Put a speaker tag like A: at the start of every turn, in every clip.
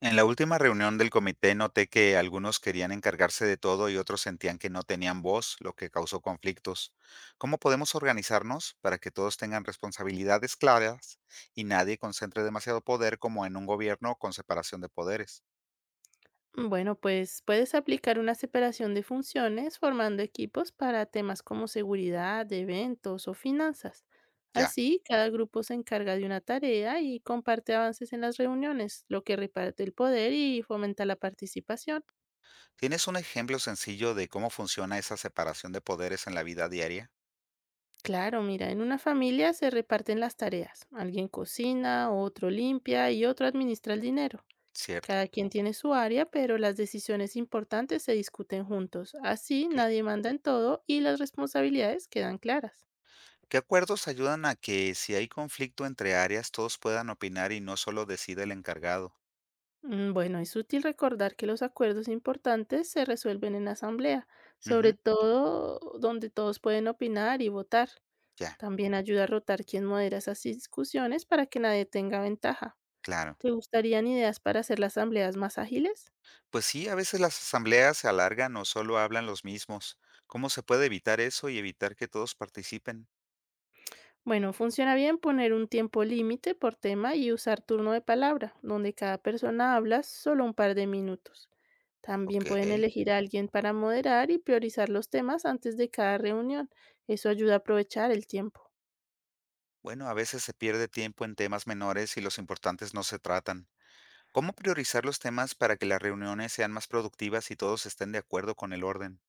A: En la última reunión del comité noté que algunos querían encargarse de todo y otros sentían que no tenían voz, lo que causó conflictos. ¿Cómo podemos organizarnos para que todos tengan responsabilidades claras y nadie concentre demasiado poder como en un gobierno con separación de poderes?
B: Bueno, pues puedes aplicar una separación de funciones formando equipos para temas como seguridad, eventos o finanzas.
A: Ya.
B: Así, cada grupo se encarga de una tarea y comparte avances en las reuniones, lo que reparte el poder y fomenta la participación.
A: ¿Tienes un ejemplo sencillo de cómo funciona esa separación de poderes en la vida diaria?
B: Claro, mira, en una familia se reparten las tareas. Alguien cocina, otro limpia y otro administra el dinero.
A: Cierto.
B: Cada quien tiene su área, pero las decisiones importantes se discuten juntos. Así
A: ¿Qué,
B: nadie manda en todo y las responsabilidades quedan claras.
A: qué acuerdos ayudan a que si hay conflicto entre áreas todos puedan opinar y no solo decida el encargado?
B: Bueno, es útil recordar que los acuerdos importantes se resuelven en asamblea, sobre
A: Ujú.
B: todo donde todos pueden opinar y votar.
A: Ya,
B: También ayuda a rotar quién modera esas discusiones para que nadie tenga ventaja.
A: claro.
B: ¿Te gustarían ideas para hacer las asambleas más ágiles?
A: Pues sí, a veces las asambleas se alargan o solo hablan los mismos. ¿Cómo se puede evitar eso y evitar que todos participen?
B: Bueno, funciona bien poner un tiempo límite por tema y usar turno de palabra, donde cada persona habla solo un par de minutos.
A: Ok.
B: También pueden elegir a alguien para moderar y priorizar los temas antes de cada reunión. Eso ayuda a aprovechar el tiempo.
A: Bueno, a veces se pierde tiempo en temas menores y los importantes no se tratan. ¿Cómo priorizar los temas para que las reuniones sean más productivas y todos estén de acuerdo con el orden?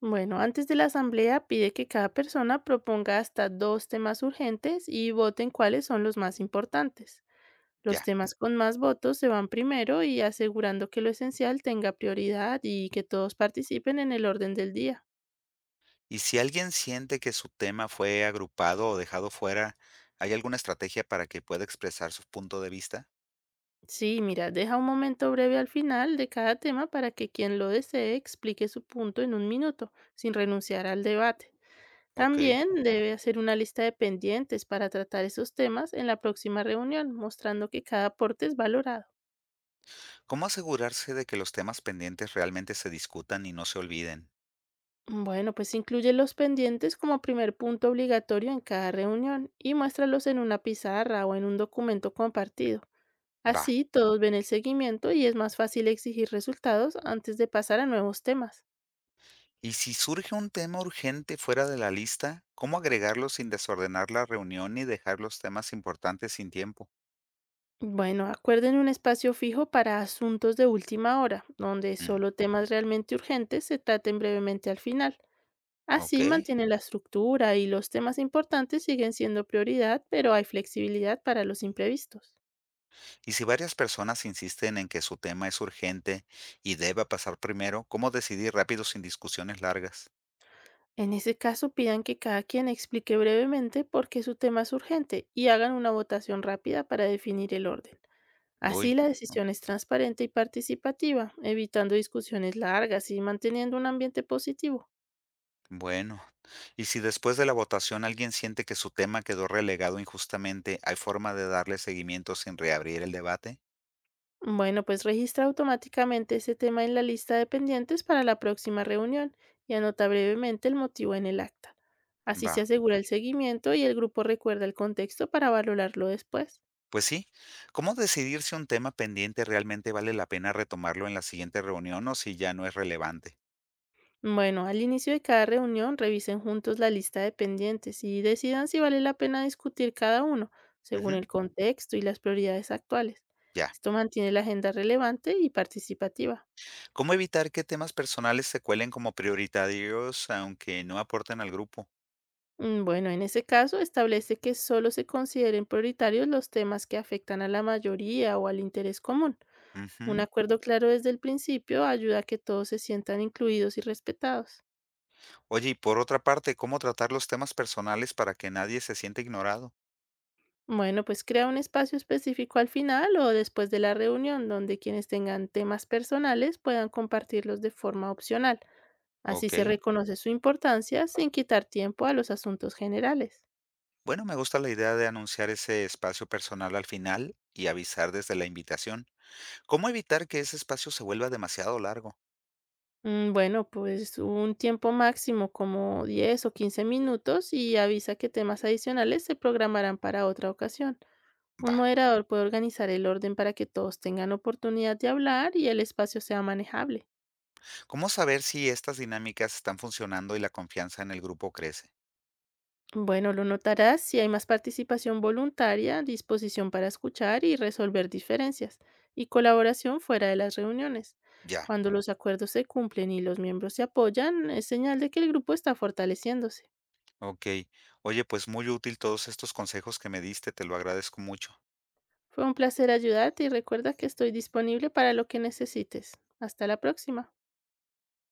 B: Bueno, antes de la asamblea pide que cada persona proponga hasta dos temas urgentes y voten cuáles son los más importantes. Los
A: Ya.
B: temas con más votos se van primero y asegurando que lo esencial tenga prioridad y que todos participen en el orden del día.
A: Y si alguien siente que su tema fue agrupado o dejado fuera, ¿hay alguna estrategia para que pueda expresar su punto de vista?
B: Sí, mira, deja un momento breve al final de cada tema para que quien lo desee explique su punto en un minuto, sin renunciar al debate.
A: Ok.
B: También debe hacer una lista de pendientes para tratar esos temas en la próxima reunión, mostrando que cada aporte es valorado.
A: ¿Cómo asegurarse de que los temas pendientes realmente se discutan y no se olviden?
B: Bueno, pues incluye los pendientes como primer punto obligatorio en cada reunión y muéstralos en una pizarra o en un documento compartido.
A: Va.
B: Así todos ven el seguimiento y es más fácil exigir resultados antes de pasar a nuevos temas.
A: Y si surge un tema urgente fuera de la lista, ¿cómo agregarlo sin desordenar la reunión y dejar los temas importantes sin tiempo?
B: Bueno, acuerden un espacio fijo para asuntos de última hora, donde
A: Mm,
B: solo temas realmente urgentes se traten brevemente al final.
A: ok.
B: Así mantienen la estructura y los temas importantes siguen siendo prioridad, pero hay flexibilidad para los imprevistos.
A: Y si varias personas insisten en que su tema es urgente y deba pasar primero, ¿cómo decidir rápido sin discusiones largas?
B: En ese caso, pidan que cada quien explique brevemente por qué su tema es urgente y hagan una votación rápida para definir el orden. Así
A: Uy,
B: la
A: ok.
B: decisión es transparente y participativa, evitando discusiones largas y manteniendo un ambiente positivo.
A: Bueno, y si después de la votación alguien siente que su tema quedó relegado injustamente, ¿hay forma de darle seguimiento sin reabrir el debate?
B: Bueno, pues registra automáticamente ese tema en la lista de pendientes para la próxima reunión y anota brevemente el motivo en el acta. Así
A: Va.
B: se asegura el seguimiento y el grupo recuerda el contexto para valorarlo después.
A: Pues sí, ¿cómo decidir si un tema pendiente realmente vale la pena retomarlo en la siguiente reunión o si ya no es relevante?
B: Bueno, al inicio de cada reunión revisen juntos la lista de pendientes y decidan si vale la pena discutir cada uno, según
A: Ujú,
B: el contexto y las prioridades actuales.
A: ya.
B: Esto mantiene la agenda relevante y participativa.
A: ¿Cómo evitar que temas personales se cuelen como prioritarios aunque no aporten al grupo?
B: Bueno, en ese caso establece que solo se consideren prioritarios los temas que afectan a la mayoría o al interés común. Un
A: Ujú.
B: acuerdo claro desde el principio ayuda a que todos se sientan incluidos y respetados.
A: Oye, y por otra parte, ¿cómo tratar los temas personales para que nadie se sienta ignorado?
B: Bueno, pues crea un espacio específico al final o después de la reunión donde quienes tengan temas personales puedan compartirlos de forma opcional. Así
A: Ok.
B: se reconoce su importancia sin quitar tiempo a los asuntos generales.
A: Bueno, me gusta la idea de anunciar ese espacio personal al final y avisar desde la invitación. ¿Cómo evitar que ese espacio se vuelva demasiado largo?
B: Bueno, pues un tiempo máximo como 10 o 15 minutos y avisa que temas adicionales se programarán para otra ocasión. Un
A: Va.
B: moderador puede organizar el orden para que todos tengan oportunidad de hablar y el espacio sea manejable.
A: ¿Cómo saber si estas dinámicas están funcionando y la confianza en el grupo crece?
B: Bueno, lo notarás si hay más participación voluntaria, disposición para escuchar y resolver diferencias, y colaboración fuera de las reuniones.
A: Ya,
B: Cuando los acuerdos se cumplen y los miembros se apoyan, es señal de que el grupo está fortaleciéndose.
A: ok. Oye, pues muy útil todos estos consejos que me diste, te lo agradezco mucho.
B: Fue un placer ayudarte y recuerda que estoy disponible para lo que necesites. Hasta la próxima.